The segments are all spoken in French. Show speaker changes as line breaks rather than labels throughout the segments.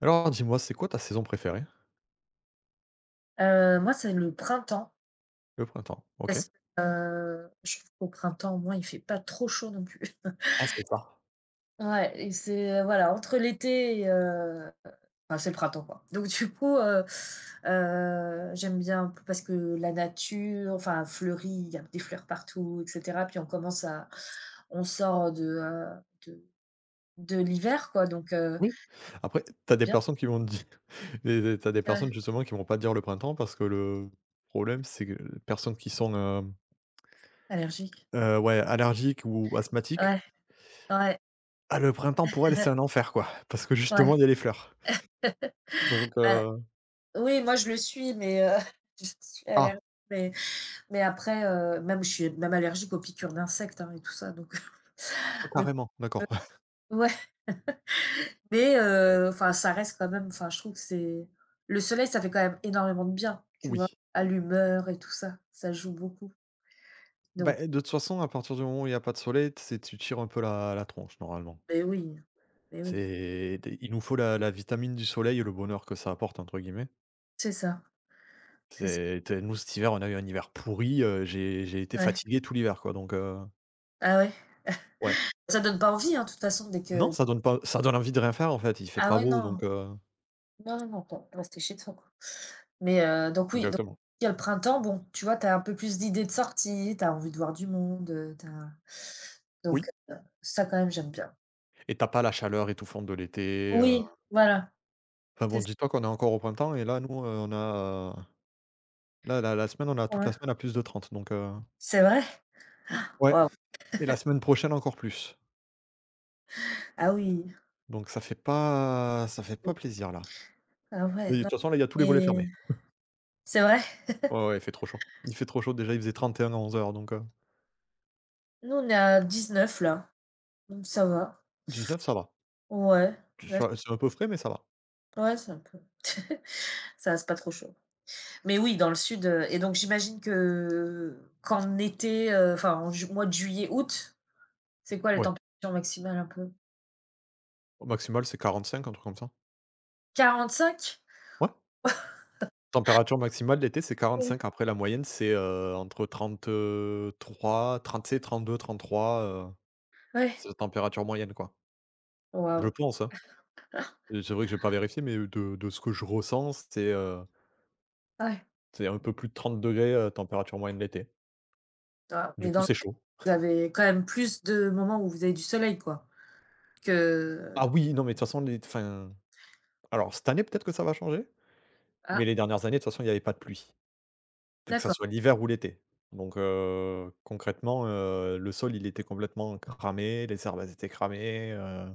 Alors dis-moi, c'est quoi ta saison préférée?
Moi, c'est le printemps
Le printemps, OK.
parce que, je trouve qu'au printemps, au moins, il fait pas trop chaud non plus. Ouais, et c'est, voilà, entre l'été et enfin, c'est le printemps, quoi. Donc du coup, j'aime bien p parce que la nature, enfin, fleurit, il y a des fleurs partout, et cetera. Puis on commence à... on sort de de l'hiver, quoi, donc
Oui. Après, t'as des
bien.
personnes qui vont te dire des personnes
Ouais,
justement qui vont pas te dire le printemps parce que le problème, c'est que les personnes qui sont,
allergique.
ouais, allergiques ou asthmatiques,
Ouais, ouais,
ah le printemps pour elles, c'est un enfer quoi, parce que justement
ouais.
il y a les fleurs. Donc
Bah,
heu,
oui, moi, je le suis, mais je suis
ah,
allergique, mais... Mais après, même je suis même allergique aux piqûres d'insectes, hein, et tout ça, donc
ah
donc
carrément, d'accord.
ouais, mais enfin ça reste quand même, enfin je trouve que c'est... le soleil, ça fait quand même énormément de bien, tu vois?
Oui.
À l'humeur et tout ça, ça joue beaucoup, donc...
Bah, de toute façon, à partir du moment où il y a pas de soleil, t c'est tu tires un peu la tronche normalement.
mais oui, mais oui,
C'est Il nous faut la vitamine du soleil et le bonheur que ça apporte entre guillemets.
c'est ça, c'est ça,
C'est tu nous Cet hiver, on a eu un hiver pourri, j'ai été
ouais.
fatigué tout l'hiver quoi donc
Ah ouais,
ouais.
ça donne pas envie, hein, de toute façon dès
Non,
que...
ça donne envie de rien faire en fait, il fait
Ah
pas
ouais
beau donc
non, non, non, non, faut rester chez toi, quoi. Mais donc oui, donc
exactement.
il y a le printemps, bon, tu vois, tu as un peu plus d'idées de sorties, tu as envie de voir du monde, tu as... donc
Oui
ça, quand même, j'aime bien.
et t'as pas la chaleur étouffante de l'été,
Oui, voilà,
enfin bon,
c'est ça,
dis-toi qu'on est encore au printemps et là nous, on a, là la la semaine, on a toute la
ouais.
semaine à plus de 30 donc
C'est vrai?
ouais
Waouh!
et la semaine prochaine encore plus
Ah oui.
donc ça fait pas
Mmh.
plaisir là.
Ah
Mais
ouais,
de
non,
toute façon là, il y a tous les volets
et
fermés.
c'est vrai?
Ouais, ouais, il fait trop chaud. Il fait trop chaud, déjà il faisait 31 à 11 heures donc
Nous, on est à 19 là, donc ça va.
19 ça va.
Ouais, là,
C'est un peu frais mais ça va.
c ouais, c'est un peu... ça reste pas trop chaud. Mais oui, dans le sud, et donc j'imagine que qu'en été, enfin en ju mois de juillet, août, c'est quoi les
Ouais,
températures maximales un peu?
au maximal, c'est 45, un truc comme ça.
45?
Ouais. Température maximale d'été, c'est
Ouais.
45. Après, la moyenne, c'est, entre trente 30, trente sais, trente 33
Ouais.
c'est la température moyenne, quoi.
Waouh!
Je pense, hein.
Ah,
Et c'est vrai que j'ai pas vérifié, mais de ce que je ressens, c'est, heu,
ouais.
c'est un peu plus de 30 degrés température moyenne l'été.
Ah,
Du
mais
coup,
dans le
c'est chaud.
vous avez quand même plus de moments où vous avez du soleil, quoi?
Ah
Que...
oui, non, mais de toute façon, les enfin, alors cette année, peut-être que ça va changer, mais
Ah
les dernières années, de toute façon, il n'y avait pas de pluie. Que ça
d'accord,
soit l'hiver ou l'été. Donc, concrètement, le sol, il était complètement cramé, les herbes, elles étaient cramées,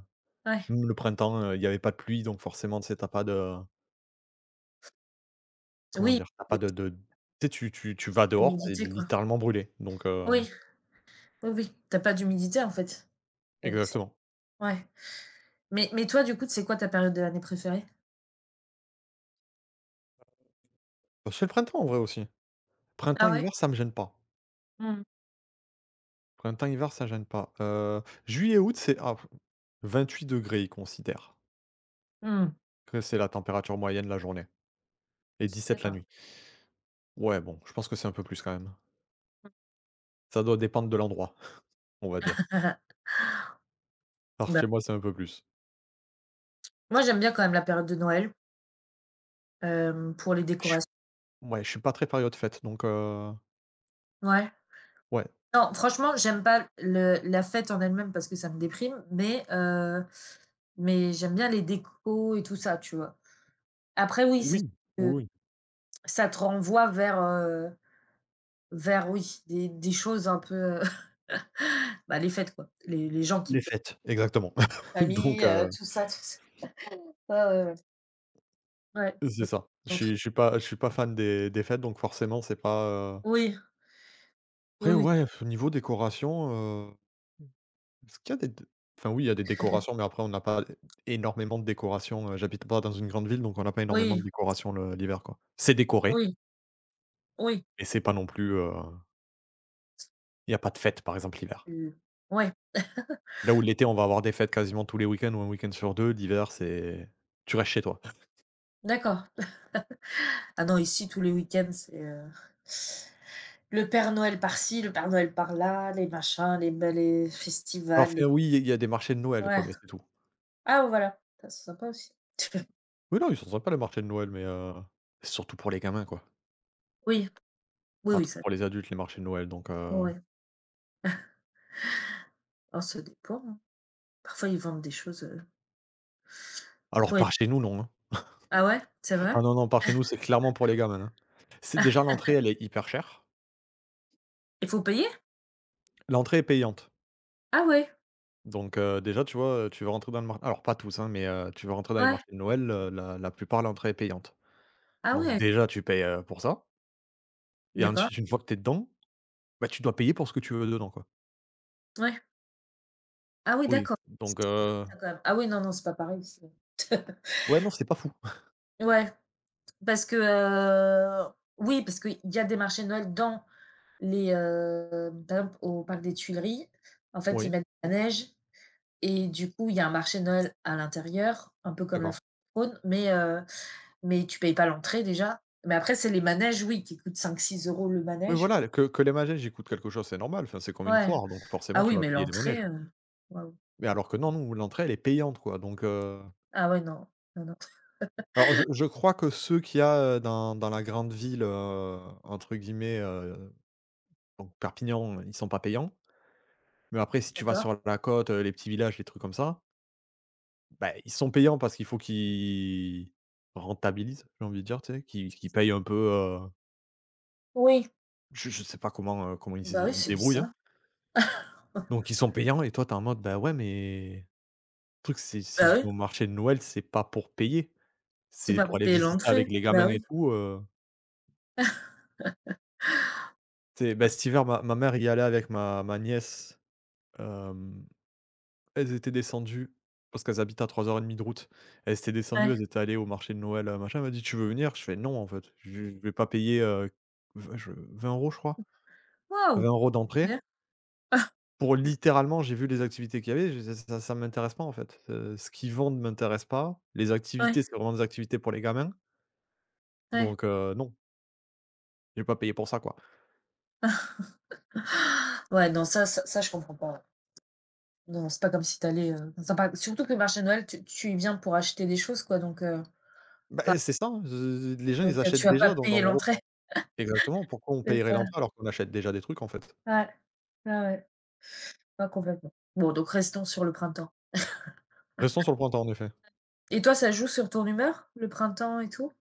ouais.
même le printemps, il y avait pas de pluie, donc forcément, tu sais, tu pas de comment
Oui,
dire? T'as pas de
petite
de tu sais, tu vas dehors, tu
humidité, quoi.
littéralement brûlé, donc,
Oui, oui, oui, tu as pas d'humidité en fait. Donc c'est...
exactement.
ouais. Mais toi, du coup, c'est quoi ta période de l'année préférée?
Bah, c'est le printemps en vrai aussi.
Ah ouais?
Printemps-hiver, ça me gêne pas.
Mmh.
Printemps-hiver, ça gêne pas. Juillet-août, 28 degrés ils considèrent
Mmh.
que c'est la température moyenne la journée et 17 la
D'accord.
nuit. Ouais, bon, je pense que c'est un peu plus quand même. Ça doit dépendre de l'endroit, on va dire. Alors
Bah,
chez moi, c'est un peu plus.
moi, j'aime bien quand même la période de Noël, pour les
Je suis
décorations.
Ouais, je suis pas très période fête, donc
Ouais.
ouais.
Non, franchement, j'aime pas le la fête en elle-même parce que ça me déprime, mais j'aime bien les décos et tout ça, tu vois? Après oui, c'est sûr
Oui, oui,
que
oui.
ça te renvoie vers, oui, des choses un peu, heu, bah, les fêtes, quoi, les gens qui
Les
peuvent...
fêtes, exactement. Donc
famille, tout ça, tout ça. Ouais, ouais, ouais. Ouais,
c'est
ouais.
ça. Je
Entre...
suis je suis pas je suis pas fan des fêtes, donc forcément, c'est pas,
oui, oui,
après
oui,
ouais, au niveau décoration, est-ce qu'il y a des enfin oui, il y a des décorations, mais après on n'a pas énormément de décorations, j'habite pas dans une grande ville, donc on n'a pas énormément de
oui,
décorations le l'hiver, quoi. C'est décoré,
oui, oui,
mais c'est pas non plus, il y a pas de fête, par exemple, l'hiver.
ouais,
Là où l'été, on va avoir des fêtes quasiment tous les week-ends ou un week-end sur 2. L'hiver, c'est tu restes chez toi.
d'accord. Ah non, ici tous les week-ends, c'est, le Père Noël par-ci, le Père Noël par-là, les machins, les... bah, les
Alors
festivals,
c'est
les...
oui, il y a des marchés de Noël, quoi,
ouais.
mais c'est tout.
Ah voilà, ça, c'est sympa aussi.
Oui, non, ils sont sympas les marchés de Noël, mais c'est surtout pour les gamins, quoi.
Oui, oui,
Pas
oui,
trop
ça...
pour les adultes, les marchés de Noël, donc
ouais. Alors ça dépend, hein. Parfois ils vendent des choses,
alors
pour...
par chez nous, non, hein.
Ah ouais? C'est vrai?
Ah non, non, par chez nous, c'est clairement pour les gamins, hein. C'est déjà l'entrée, elle est hyper chère.
Il faut payer?
L'entrée est payante,
Ah ouais,
donc déjà, tu vois, tu veux rentrer dans le marché. Alors pas tous, hein, mais tu veux rentrer dans les
ouais,
marchés de Noël, la plupart, l'entrée est payante.
ah
Donc
ouais,
déjà, tu payes, pour ça et
d'accord,
ensuite, une fois que tu es dedans bah, tu dois payer pour ce que tu veux dedans, quoi.
ouais. Ah oui,
Oui,
d'accord. C'est...
donc
ça, quand même. Ah oui, non, non, c'est pas pareil ici.
ouais, non, c'est pas fou.
Ouais, parce que, oui, parce qu'il y a des marchés de Noël dans les, par exemple au parc des Tuileries, en fait, ils
Oui,
mettent de la neige et du coup, il y a un marché de Noël à l'intérieur, un peu comme la
d'accord.
foire aux trônes, mais tu payes pas l'entrée déjà. Mais après, c'est les manèges, oui, qui coûtent 5, 6 € le
Oui,
manège.
voilà, que les manèges, ils coûtent quelque chose, c'est normal, enfin, c'est comme une
Ouais.
foire, donc forcément,
Ah
tu
oui,
vas
mais
payer les
l'entrée,
manèges.
waouh.
Mais alors que non, nous, l'entrée, elle est payante, quoi, donc
Ah ouais, non, non, non,
alors je crois que ceux qu'il y a, dans la grande ville, entre guillemets, donc Perpignan, ils sont pas payants. Mais après, si tu vas
d'accord.
sur la côte, les petits villages, les trucs comme ça, bah, ils sont payants parce qu'il faut qu'ils rentabilisent, j'ai envie de dire, tu sais, qu'ils payent un peu,
Oui.
Je sais pas comment, comment
Bah, oui,
ils se
c'est
débrouillent, hein.
bizarre.
Donc ils sont payants et toi, tu es en mode: «Bah, ouais, mais le truc, c'est si
Bah,
je
oui,
vais au marché de Noël, c'est pas pour payer,
c'est
c'est
pas
pour
pour
aller
payer
visiter
l'entrée.
avec les gamins
Bah,
et
oui,
tout,» Tu sais, bah, cet hiver, ma mère y allait avec ma nièce, hem, elles étaient descendues parce qu'elles habitent à 3 h 30 de route. Elles étaient descendues,
ouais.
elles étaient allées au marché de Noël, machin. Elle m'a dit: «Tu veux venir?» Je fais: «Non, en fait, je vais pas payer, v je 20 € je crois, 20
Waouh!
euros d'entrée».
OK.
Pour littéralement, j'ai vu les activités qu'il y avait, je ça ça m'intéresse pas en fait. Ce qu'ils vendent m'intéresse pas. Les
Ouais,
activités, c'est vraiment des activités pour les gamins,
ouais.
donc non, j'ai pas payé pour ça, quoi.
Ouais, non, ça, je comprends pas. Non, c'est pas comme si t'allais. Allais, dans surtout que le marché de Noël, tu y viens pour acheter des choses, quoi, donc
Bah,
enfin,
c'est ça, hein, ze les gens,
donc
ils achètent
tu vas pas
déjà, donc en
payer
gros
l'entrée.
exactement, pourquoi on
C'est
payerait
ça.
l'entrée alors qu'on achète déjà des trucs, en fait?
Ouais. Ouais, ouais. Pas complètement. Bon, donc restons sur le printemps.
Restons sur le printemps, en effet.
Et toi, ça joue sur ton humeur, le printemps et tout?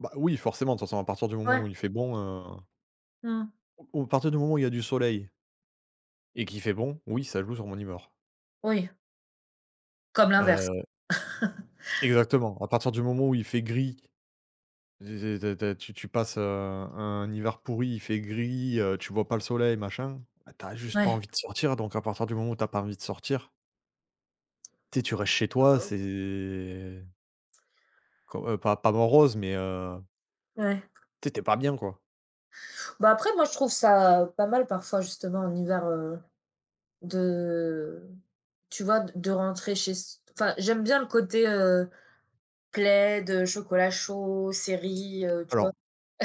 Bah, oui, forcément, de toute façon, à partir du moment
Ouais.
où il fait bon,
Mmh.
au à partir du moment où il y a du soleil et qu'il fait bon, oui, ça joue sur mon humeur.
Oui, comme l'inverse.
Heu, Exactement. À partir du moment où il fait gris, tu passes, un hiver pourri, il fait gris, tu vois pas le soleil, machin, bah, tu as juste pas
Ouais.
envie de sortir, donc à partir du moment où tu as pas envie de sortir, tu sais, tu restes chez
Ah bah,
toi,
oui.
c'est co pas morose, mais
Ouais.
tu sais, tu es pas bien, quoi.
Bah, après, moi, je trouve ça pas mal parfois, justement, en hiver, De tu vois, d de rentrer chez s enfin, j'aime bien le côté, plaid, chocolat chaud, série, tu vois?
Alors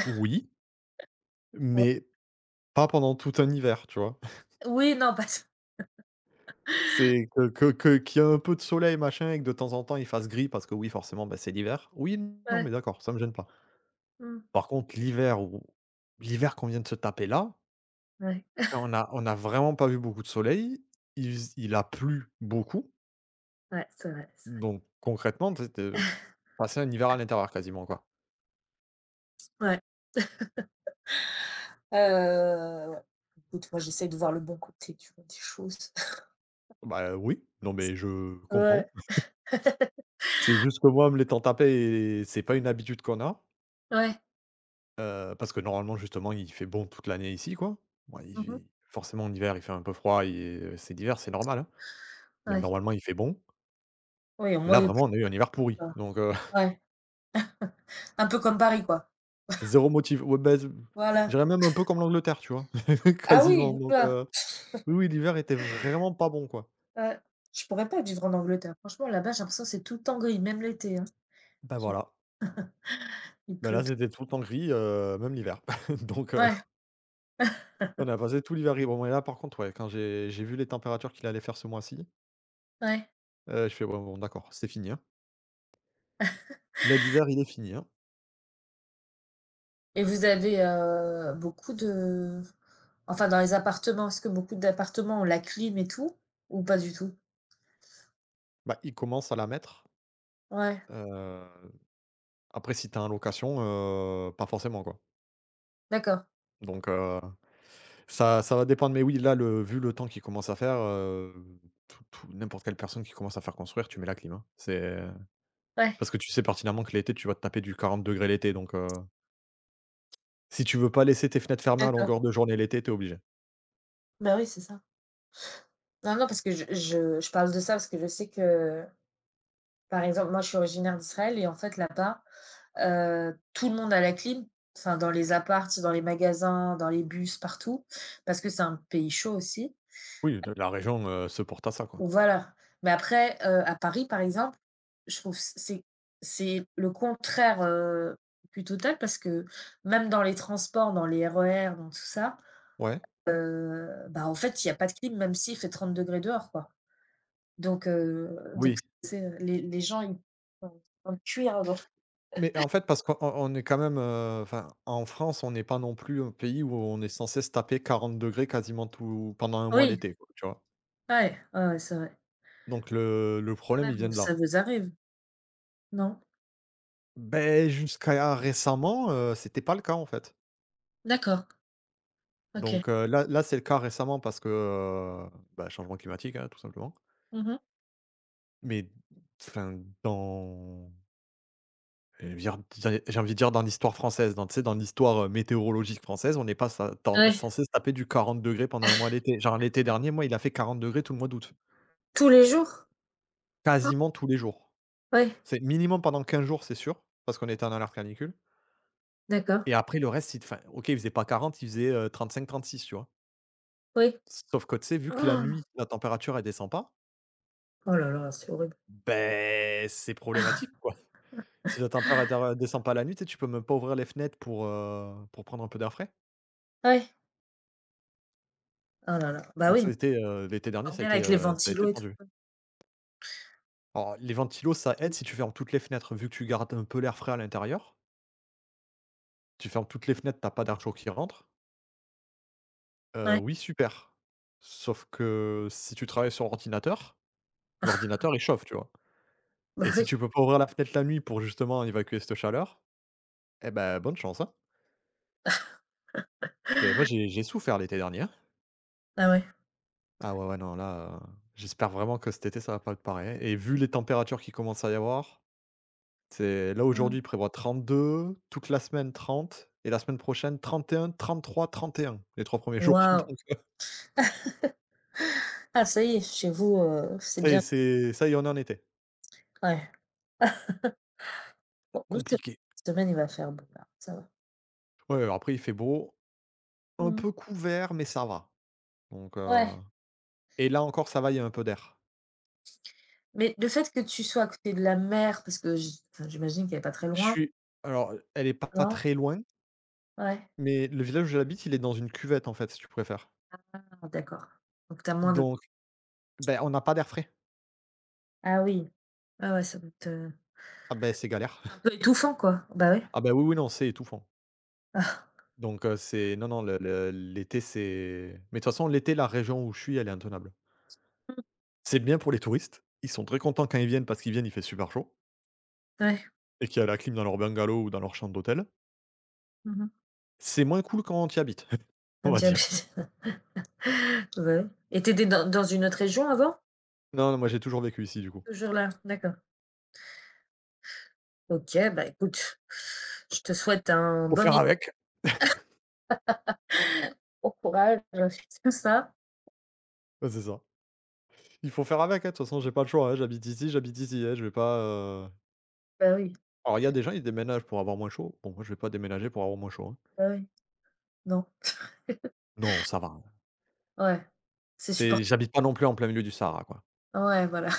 oui,
Ouais.
mais pas pendant tout un hiver, tu vois?
Oui, non, pas ça.
C'est que qu'il y a un peu de soleil, machin et que de temps en temps, il fasse gris parce que oui, forcément, bah, c'est l'hiver. Oui, non, mais
Ouais.
d'accord, ça me gêne pas.
Mmh.
Par contre, l'hiver qu'on vient de se taper là,
Ouais.
on a vraiment pas vu beaucoup de soleil. Il a plu beaucoup,
Ouais, c'est vrai, c'est vrai.
donc concrètement, tu sais, tu passer un hiver à l'intérieur quasiment, quoi.
Ouais. Ouais. Écoute, moi, j'essaie de voir le bon côté, tu vois, des choses.
Bah, oui, non, mais je
Ouais.
comprends. C'est juste que moi, me l'étant tapé c'est pas une habitude qu'on a,
Ouais.
parce que normalement, justement, il fait bon toute l'année ici, quoi. Bon, il
Mmh.
fait forcément, en hiver, il fait un peu froid et c'est l'hiver, c'est normal, hein, mais
Ouais.
normalement, il fait bon.
Oui, au moins
Là,
il pleut
vraiment, on a eu un hiver
pas,
pourri,
quoi.
donc heu
Ouais. Un peu comme Paris, quoi.
Zéro motif ouais, bah, z je
Voilà.
même un peu comme l'Angleterre, tu vois?
Ah oui,
Quasiment
ouh
donc
là!
oui, oui, l'hiver était vraiment pas bon, quoi.
Ouais. Je pourrais pas vivre en Angleterre. Franchement, là-bas, j'ai l'impression que c'est tout le temps gris, même l'été, hein.
Bah,
Je
voilà.
Il
Bah, là,
pleut...
c'était tout le temps gris, même l'hiver. Donc
Ouais,
on a passé tout l'hiver gris. Bon, mais là, par contre, ouais, quand j'ai vu les températures qu'il allait faire ce mois-ci,
ouais,
je fais: «Bon, bon, d'accord, c'est fini, hein». Là, l'hiver, il est fini, hein.
et vous avez, beaucoup de... enfin, dans les appartements, est-ce que beaucoup d'appartements ont la clim et tout, ou pas du tout?
Bah, il commence à la mettre,
Ouais,
heu, après si t'as es location, pas forcément, quoi.
d'accord,
Donc Ça va dépendre, mais oui, là, le vu le temps qu'il commence à faire, tout n'importe quelle personne qui commence à faire construire, tu mets la clim, hein. C'est
ouais,
parce que tu sais pertinemment que l'été, tu vas te taper du 40 degrés l'été, donc si tu veux pas laisser tes fenêtres fermées à
d'accord.
longueur de journée l'été, t'es obligé.
Bah, oui, c'est ça. Non, non, parce que je parle de ça parce que je sais que, par exemple, moi, je suis originaire d'Israël, et en fait, là-bas, tout le monde a la clim, enfin, dans les apparts, dans les magasins, dans les bus, partout, parce que c'est un pays chaud aussi.
Oui, de la région, se porte à ça, quoi.
Voilà, mais après, à Paris, par exemple, je trouve c'est le contraire, du total parce que même dans les transports, dans les RER, dans tout ça,
Ouais.
bah, en fait, il y a pas de clim même s'il fait 30 degrés dehors, quoi. Donc
Oui,
c'est les gens, ils sont en cuir dans...
mais en fait, parce qu'on est quand même, enfin, en France, on n'est pas non plus un pays où on est censé se taper 40 degrés quasiment tout pendant un mois
oui,
l'été, quoi, tu vois?
ouais, ouais, ouais, c'est vrai.
Donc le
Quand
problème, il
même,
vient de
ça
là.
vous arrive, non?
Ben jusqu'à récemment, c'était pas le cas, en fait.
D'accord, OK.
Donc là, c'est le cas récemment parce que, bah, changement climatique, hein, tout simplement.
Mmh mh.
Mais enfin, dans je veux dire j'ai envie de dire dans l'histoire française, dans tu sais, dans l'histoire, météorologique française, on n'est pas sa tan
Ouais.
censé se taper du quarante degrés pendant un mois d'été. Genre l'été dernier, moi, il a fait quarante degrés tout le mois d'août,
Tous les jours?
quasiment tous les jours.
Ouais,
C'est minimum pendant 15 jours, c'est sûr, parce qu'on était en alerte canicule. Et
d'accord,
après le reste, il te enfin, OK, il faisait pas 40, il faisait, cinq trente-six, tu vois?
oui.
Sauf que, tu sais, vu que la nuit, la température, elle descend pas,
Oh là là, c'est horrible.
ben c'est problématique, quoi. Si la température, elle descend pas la nuit, tu sais, tu peux même pas ouvrir les fenêtres pour prendre un peu d'air frais.
Ouais. Oh là là. Bah
Donc
oui,
ça a été, heu, l'été dernier, ça a
normal
été,
avec les
heu, ça a été
ventilos et tout.
tendu. Alors les ventilos, ça aide si tu fermes toutes les fenêtres, vu que tu gardes un peu l'air frais à l'intérieur. Tu fermes toutes les fenêtres, t'as pas d'air chaud qui rentre.
Ouais,
Oui, super. Sauf que si tu travailles sur ordinateur, l'ordinateur, il chauffe, tu vois?
bah
Et si
oui.
tu peux pas ouvrir la fenêtre la nuit pour justement évacuer cette chaleur, eh ben, bonne chance, hein. C'est moi j'ai souffert l'été dernier.
Ah ouais.
Ah ouais, ouais, non, là, j'espère vraiment que cet été, ça va pas être pareil hein. Et vu les températures qui commencent à y avoir, c'est là
Mmh.
aujourd'hui, il prévoit deux toute la semaine 30, et la semaine prochaine trente et un les 3 premiers jours
Waouh!
donc
Ah ça y est, chez vous, c'est
c'est
bien.
c'est ça y en est en été.
Ouais. Bon, nous, c'est
Compliqué.
cette semaine, il va faire beau là, ça va.
Ouais, alors après il fait beau, un
Mmh.
peu couvert, mais ça va, donc heu,
Ouais,
et là encore, ça va, il y a un peu d'air.
mais le fait que tu sois à côté de la mer, parce que j enfin, j'imagine qu'elle est pas très
Je
loin,
suis, alors, elle est pas
non?
très loin.
Ouais.
Mais le village où j'habite, il est dans une cuvette, en fait, si tu préfères.
Ah d'accord. Donc t'as moins de...
Donc, ben on n'a pas d'air frais.
Ah oui. Ah ouais, ça doit être,
Ah ben c'est galère.
un peu étouffant, quoi. Bah ouais.
Ah ben oui, oui, non, c'est étouffant.
Ah.
Donc, c'est non, non, le l'été, c'est mais de toute façon, l'été, la région où je suis, elle est intenable. C'est bien pour les touristes. Ils sont très contents quand ils viennent parce qu'ils viennent, il fait super chaud
Mmh, ouais.
et qu'il y a la clim dans leur bungalow ou dans leur chambre d'hôtel.
Mmh mh.
C'est moins cool quand tu y habites, on
Bah
va dire.
oui. Et tu... dans une autre région avant?
Non, non, moi, j'ai toujours vécu ici, du coup.
Toujours là? D'accord. OK, bah, écoute, je te souhaite un
Faut
bon
faire
et
avec.
bon courage sur tout ça.
Ouais, c'est ça. Il faut faire avec, hein, de toute façon, j'ai pas le choix, hein, j'habite ici, hein, je vais pas,
Bah, oui,
Alors il y a des gens, ils déménagent pour avoir moins chaud. Bon, moi, je vais pas déménager pour avoir moins chaud, hein.
bah, oui, non.
Non, ça va, hein.
Ouais, c'est support
C'est Mmh. J'habite pas non plus en plein milieu du Sahara, quoi.
ouais, voilà.